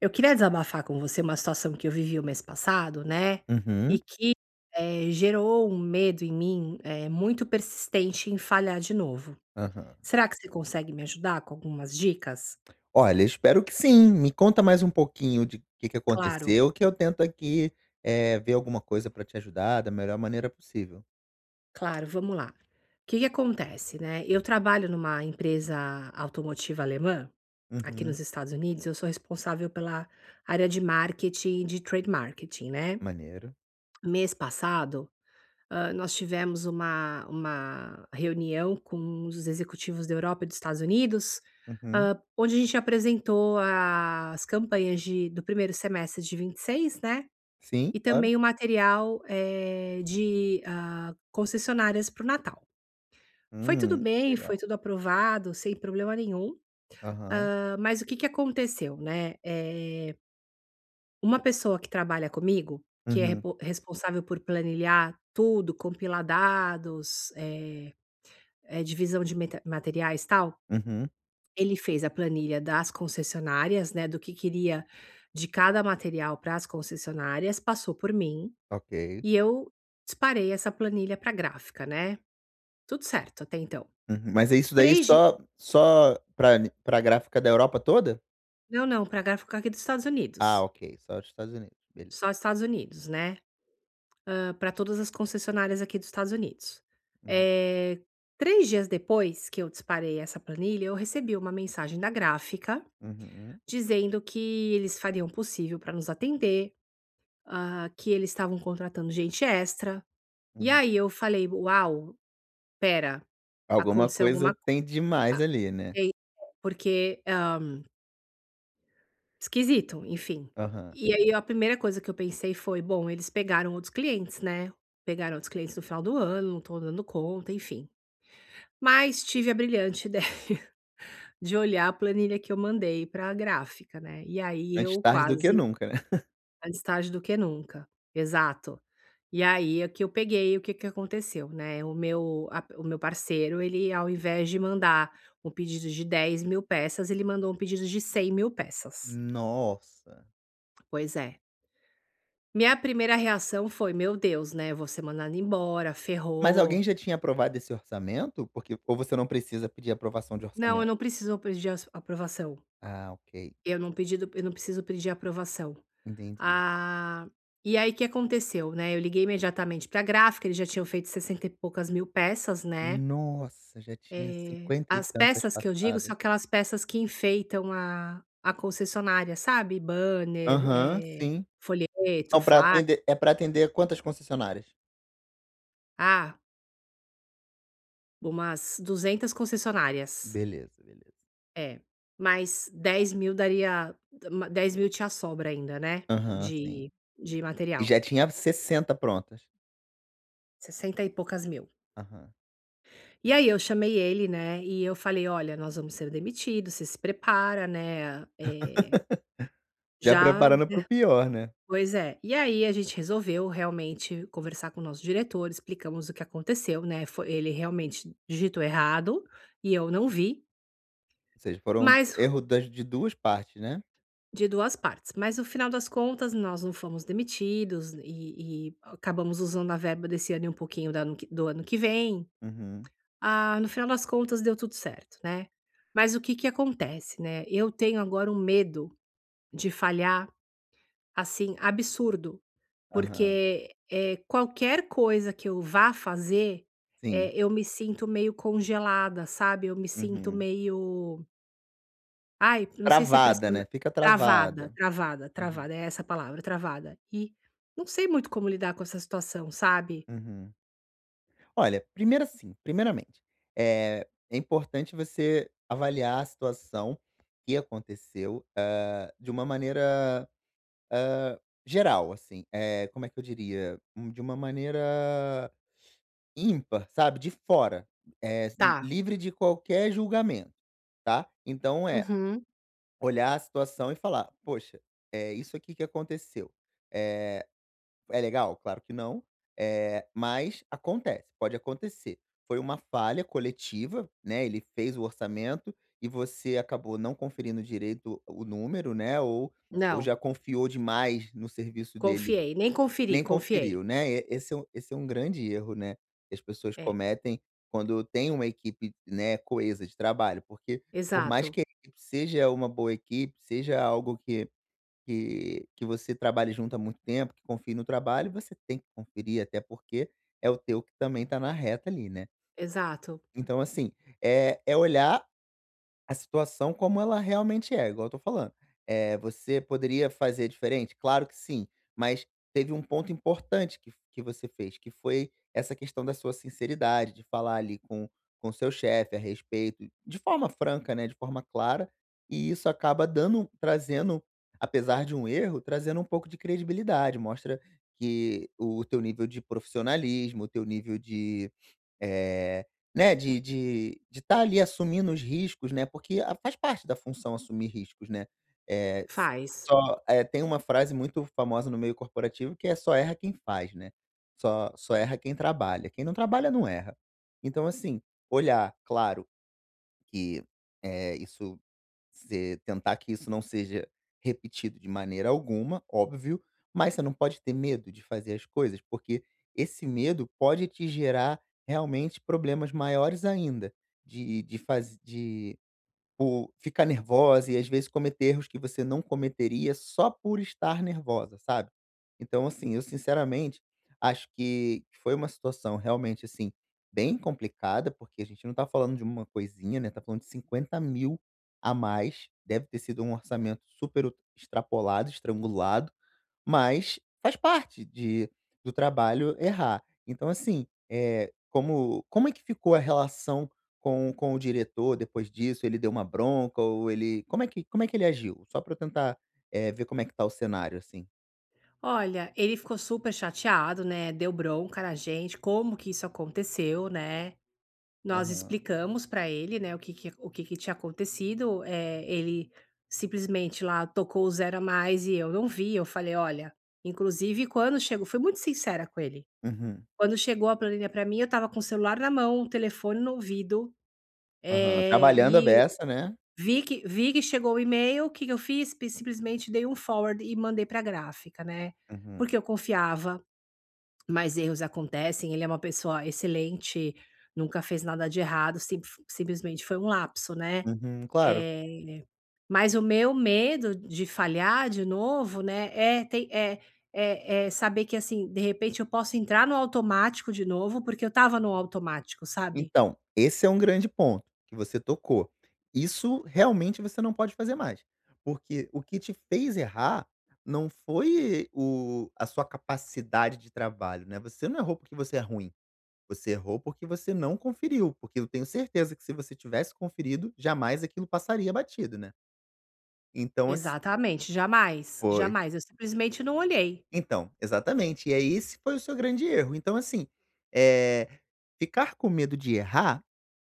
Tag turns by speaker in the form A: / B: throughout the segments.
A: Eu queria desabafar com você uma situação que eu vivi o mês passado, né, e
B: Uhum,
A: que, gerou um medo em mim, muito persistente em falhar de novo.
B: aham.
A: Será que você consegue me ajudar com algumas dicas?
B: Olha, espero que sim. Me conta mais um pouquinho de que
A: Claro,
B: aconteceu, que eu tento aqui, ver alguma coisa pra te ajudar da melhor maneira possível.
A: claro, vamos lá. O que que acontece, né, eu trabalho numa empresa automotiva alemã, aqui
B: Uhum.
A: nos Estados Unidos, eu sou responsável pela área de marketing, de trade marketing, né.
B: Maneiro.
A: Mês passado, nós tivemos uma reunião com os executivos da Europa e dos Estados Unidos,
B: Uhum.
A: onde a gente apresentou as campanhas de do primeiro semestre de 26, né,
B: Sim,
A: e
B: claro.
A: também o material, de, concessionárias para o Natal. Foi tudo bem,
B: Legal.
A: foi tudo aprovado, sem problema nenhum,
B: Aham.
A: mas o que que aconteceu, né, uma pessoa que trabalha comigo, que é
B: Uhum,
A: repo responsável por planilhar tudo, compilar dados, divisão de meta materiais, e tal,
B: uhum.
A: ele fez a planilha das concessionárias, né, do que queria de cada material para as concessionárias, passou por mim
B: Ok.
A: e eu disparei essa planilha para a gráfica, né. Tudo certo até então.
B: Uhum. Mas é isso daí
A: Três di
B: só pra gráfica da Europa toda?
A: Não, não, para a gráfica aqui dos Estados
B: Ah,
A: Unidos,
B: ok, só os Estados Unidos, beleza.
A: só Estados Unidos, né, para todas as concessionárias aqui dos Estados Unidos.
B: Uhum,
A: Eh, 3 dias depois que eu disparei essa planilha, eu recebi uma mensagem da gráfica
B: uhum,
A: dizendo que eles fariam o possível para nos atender, que eles estavam contratando gente extra. E
B: uhum.
A: aí eu falei: "Uau, pera,
B: Alguma
A: aconteceu
B: coisa
A: alguma
B: tem demais ali, né.
A: coisa", porque, esquisito, enfim.
B: Aham.
A: E aí a primeira coisa que eu pensei foi: "Bom, eles pegaram outros clientes, né, pegaram outros clientes no final do ano, não estão dando conta", enfim. Mas tive a brilhante ideia de olhar a planilha que eu mandei para a gráfica, né, e aí
B: Antes
A: eu
B: tarde do que
A: quase
B: nunca, né.
A: mais tarde do que nunca, exato. E aí é que eu peguei, o que que aconteceu, né, o meu parceiro, ele, ao invés de mandar um pedido de 10 mil peças, ele mandou um pedido de 100 mil peças.
B: Nossa.
A: Pois é. Minha primeira reação foi: "Meu Deus, né, eu vou ser mandada embora,
B: Mas alguém
A: ferrou".
B: já tinha aprovado esse orçamento? Porque ou você não precisa pedir aprovação de
A: Não, eu
B: orçamento?
A: não preciso pedir as aprovação,
B: Ah, ok,
A: eu não preciso pedir aprovação.
B: entendi.
A: Ah, e aí o que aconteceu, né, eu liguei imediatamente para a gráfica, eles já tinham feito 60 e poucas mil peças, né.
B: Nossa, já tinha cinquenta e
A: As
B: tantas
A: peças que eu digo são
B: passadas.
A: aquelas peças que enfeitam a concessionária, sabe, banner,
B: Aham, sim.
A: folheto,
B: São para
A: flyer.
B: atender é para atender quantas concessionárias?
A: Ah, Umas 200 concessionárias.
B: Beleza, beleza.
A: É, mas 10 mil daria, ma 10 mil tinha sobra ainda, né,
B: Aham, sim.
A: de de
B: E
A: material.
B: já tinha 60 prontas?
A: Sessenta e poucas mil.
B: Aham.
A: E aí eu chamei ele, né, e eu falei: "Olha, nós vamos ser demitidos, você se prepara, né,
B: Já
A: já".
B: preparando para o pior, né.
A: Pois é. E aí a gente resolveu realmente conversar com o nosso diretor, explicamos o que aconteceu, né, foi, ele realmente digitou errado e eu não vi,
B: Ou seja, foram
A: mas
B: erro das de duas partes, né.
A: de duas partes. Mas no final das contas, nós não fomos demitidos e acabamos usando a verba desse ano e um pouquinho da ano que do ano que vem.
B: Uhum,
A: Ah, no final das contas deu tudo certo, né. Mas o que que acontece, né, eu tenho agora um medo de falhar, assim, absurdo,
B: aham,
A: porque, qualquer coisa que eu vá fazer,
B: sim,
A: eu me sinto meio congelada, sabe, eu me sinto
B: uhum.
A: meio, ai, não sei se é
B: Travada,
A: pressiona
B: né, fica
A: travada,
B: travada.
A: travada,
B: Uhum.
A: travada, é essa a palavra, travada. E não sei muito como lidar com essa situação, sabe.
B: Uhum. Olha, primeiro assim, primeiramente, é importante você avaliar a situação que aconteceu, de uma maneira, eh, geral, assim, como é que eu diria? De uma maneira ímpar, sabe, de fora, li
A: Tá.
B: livre de qualquer julgamento, tá. Então é
A: Uhum.
B: olhar a situação e falar: "Poxa, é isso aqui que aconteceu, eh" É legal? Claro que não, é, mas acontece, pode acontecer. Foi uma falha coletiva, né, ele fez o orçamento e você acabou não conferindo direito o número, né, ou
A: Não,
B: já confiou demais no serviço dele,
A: confiei, nem conferi,
B: nem
A: confiei.
B: conferiu, né. E esse é um grande erro, né, que as pessoas
A: É,
B: cometem quando tem uma equipe, né, coesa de trabalho, porque por mais
A: exato,
B: que a equipe seja uma boa equipe, seja algo que você trabalhe junto há muito tempo, que confie no trabalho, você tem que conferir, até porque é o teu que também está na reta ali, né.
A: exato.
B: Então assim, é olhar a situação como ela realmente é, igual eu tô falando. Você poderia fazer diferente? Claro que sim, mas teve um ponto importante que você fez, que foi essa questão da sua sinceridade, de falar ali com seu chefe a respeito, de forma franca, né, de forma clara, e isso acaba dando trazendo, apesar de um erro, trazendo um pouco de credibilidade, mostra que o teu nível de profissionalismo, o teu nível de eh, né, de estar ali assumindo os riscos, né, porque a faz parte da função assumir riscos, né. Eh, s
A: Faz.
B: só eh, tem uma frase muito famosa no meio corporativo que é: "Só erra quem faz", né. Só erra quem trabalha, quem não trabalha não erra. Então assim, olhar, claro que, isso você tentar que isso não seja repetido de maneira alguma, óbvio, mas você não pode ter medo de fazer as coisas, porque esse medo pode te gerar realmente problemas maiores ainda de faz de por ficar nervosa e às vezes cometer erros que você não cometeria só por estar nervosa, sabe. Então assim, eu sinceramente acho que foi uma situação realmente, assim, bem complicada, porque a gente não tá falando de uma coisinha, né, tá falando de 50 mil a mais, deve ter sido um orçamento super ut extrapolado, estrangulado, mas faz parte de do trabalho errar. Então assim, é como é que ficou a relação com o diretor depois disso? Ele deu uma bronca ou ele como é que ele agiu? Só para eu tentar, ver como é que tá o cenário, assim.
A: Olha, ele ficou super chateado, né, deu bronca na gente, como que isso aconteceu, né. Nós
B: Aham.
A: explicamos pra ele, né, o que que tinha acontecido, ele simplesmente lá tocou o zero a mais e eu não vi, eu falei: "Olha", inclusive quando chegou fui muito sincera com ele.
B: Uhum.
A: Quando chegou a planilha pra mim, eu estava com o celular na mão, o telefone no ouvido,
B: Aham.
A: é
B: Trabalhando a
A: e
B: beça, né.
A: vi que chegou o e-mail, o que que eu fiz? Simplesmente dei um forward e mandei pra gráfica, né,
B: Uhum.
A: porque eu confiava. Mas erros acontecem, ele é uma pessoa excelente, nunca fez nada de errado, simplesmente foi um lapso, né.
B: Uhum, claro.
A: Eh, mas o meu medo de falhar de novo, né, é tem é é é saber que, assim, de repente eu posso entrar no automático de novo, porque eu estava no automático, sabe.
B: Então, esse é um grande ponto que você tocou. Isso realmente você não pode fazer mais, porque o que te fez errar não foi o a sua capacidade de trabalho, né, você não errou porque você é ruim, você errou porque você não conferiu, porque eu tenho certeza que se você tivesse conferido, jamais aquilo passaria batido, né. Então assi
A: Exatamente, jamais,
B: Foi.
A: jamais, eu simplesmente não olhei.
B: Então, exatamente. E aí esse foi o seu grande erro. Então, assim, eh, ficar com medo de errar,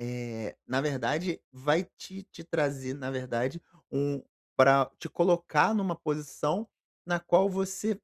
B: na verdade, vai te trazer, na verdade, um pra te colocar numa posição na qual você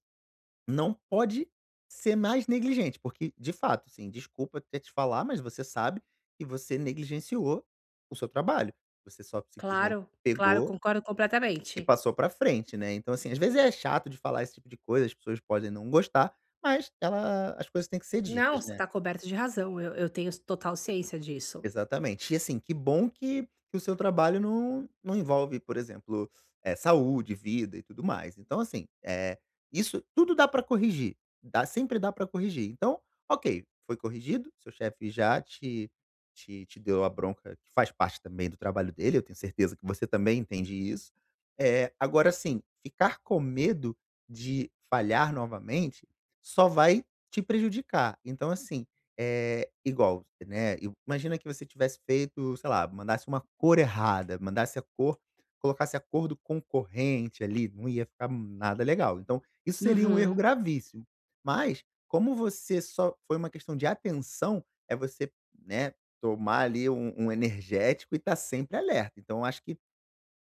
B: não pode ser mais negligente, porque, de fato, assim, desculpa até te falar, mas você sabe que você negligenciou o seu trabalho. Você só simplesmente
A: Claro, claro,
B: pegou
A: concordo completamente.
B: e passou pra frente, né, então, assim, às vezes é chato de falar esse tipo de coisa, as pessoas podem não gostar, mas ela as coisas têm que ser
A: Não,
B: ditas,
A: você
B: né.
A: está coberto de razão, eu tenho total ciência disso.
B: Exatamente. E assim, que bom que o seu trabalho não envolve, por exemplo, saúde, vida e tudo mais. Então assim, isso tudo dá para corrigir, dá sempre dá para corrigir. Então, ok, foi corrigido, seu chefe já te deu a bronca que faz parte também do trabalho dele, eu tenho certeza que você também entende isso. Agora assim, ficar com medo de falhar novamente só vai te prejudicar. Então assim, é, igual, né, e imagina que você tivesse feito, sei lá, mandasse uma cor errada, mandasse a cor colocasse a cor do concorrente ali, não ia ficar nada legal. Então, isso seria um erro
A: Uhum.
B: gravíssimo. Mas, como você só foi uma questão de atenção, é você, né, tomar ali um energético e estar sempre alerta. Então, eu acho que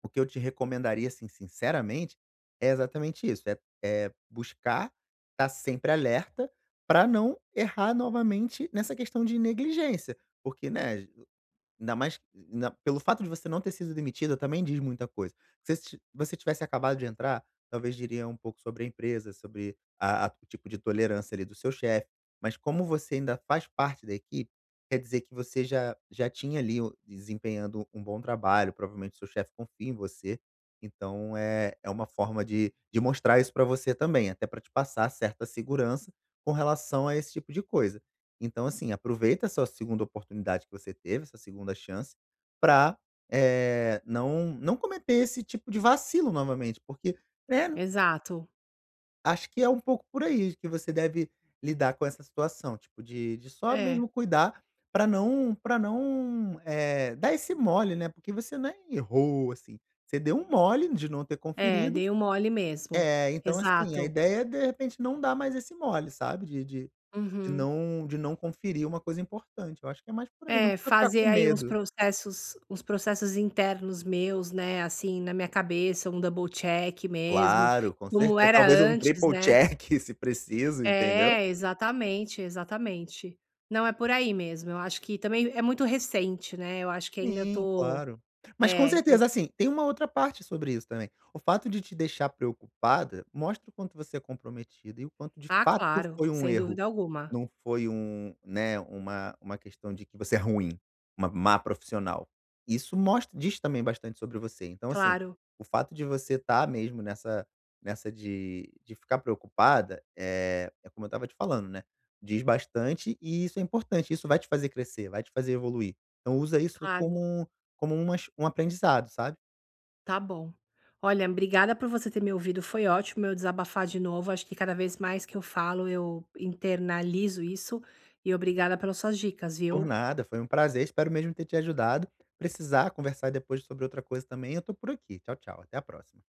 B: o que eu te recomendaria, assim, sinceramente, é exatamente isso, é buscar estar sempre alerta para não errar novamente nessa questão de negligência, porque, né. Ainda mais ainda pelo fato de você não ter sido demitida também diz muita coisa. Se você tivesse acabado de entrar, talvez diria um pouco sobre a empresa, sobre a o tipo de tolerância ali do seu chefe, mas como você ainda faz parte da equipe, quer dizer que você já tinha ali o desempenhando um bom trabalho, provavelmente seu chefe confia em você, então é uma forma de mostrar isso para você também, até para te passar certa segurança com relação a esse tipo de coisa. Então, assim, aproveita essa segunda oportunidade que você teve, essa segunda chance, para não cometer esse tipo de vacilo novamente, porque, né,
A: Exato.
B: acho que é um pouco por aí que você deve lidar com essa situação, tipo, de só
A: É,
B: mesmo cuidar para não pra não, eh, dar esse mole, né, porque você nem errou, assim, você deu um mole de não ter
A: é,
B: conferido.
A: dei um mole mesmo.
B: É, então, assim, a
A: Exato.
B: ideia é, de repente, não dar mais esse mole, sabe, de de de
A: Uhum.
B: não de não conferir uma coisa importante, eu acho que é mais por aí, não
A: É,
B: precisa ficar
A: fazer
B: com
A: aí
B: medo.
A: uns processos internos meus, né, assim, na minha cabeça, um double check mesmo,
B: Claro, com
A: como
B: certeza,
A: era
B: talvez um
A: antes,
B: triple
A: né.
B: check se preciso, entendeu?
A: É, exatamente, exatamente. Não, é por aí mesmo, eu acho que também é muito recente, né, eu acho que ainda
B: Sim,
A: tô,
B: claro. Mas com
A: é, eu
B: certeza, assim, tem uma outra parte sobre isso também. O fato de te deixar preocupada mostra o quanto você é comprometida e o quanto de
A: ah,
B: fato
A: claro,
B: foi um
A: sem
B: erro.
A: dúvida alguma.
B: Não foi um, né, uma questão de que você é ruim, uma má profissional. Isso mostra diz também bastante sobre você. Então, assim,
A: Claro,
B: o fato de você estar mesmo nessa de ficar preocupada, é como eu estava te falando, né, diz bastante e isso é importante, isso vai te fazer crescer, vai te fazer evoluir. Então usa isso como
A: claro.
B: um, como umas um aprendizado, sabe.
A: Tá bom. Olha, obrigada por você ter me ouvido, foi ótimo eu desabafar de novo, acho que cada vez mais que eu falo, eu internalizo isso, e obrigada pelas suas dicas,
B: Por
A: viu?
B: nada, foi um prazer, espero mesmo ter te ajudado. Precisar conversar depois sobre outra coisa também, eu tô por aqui. Tchau, tchau, até a próxima.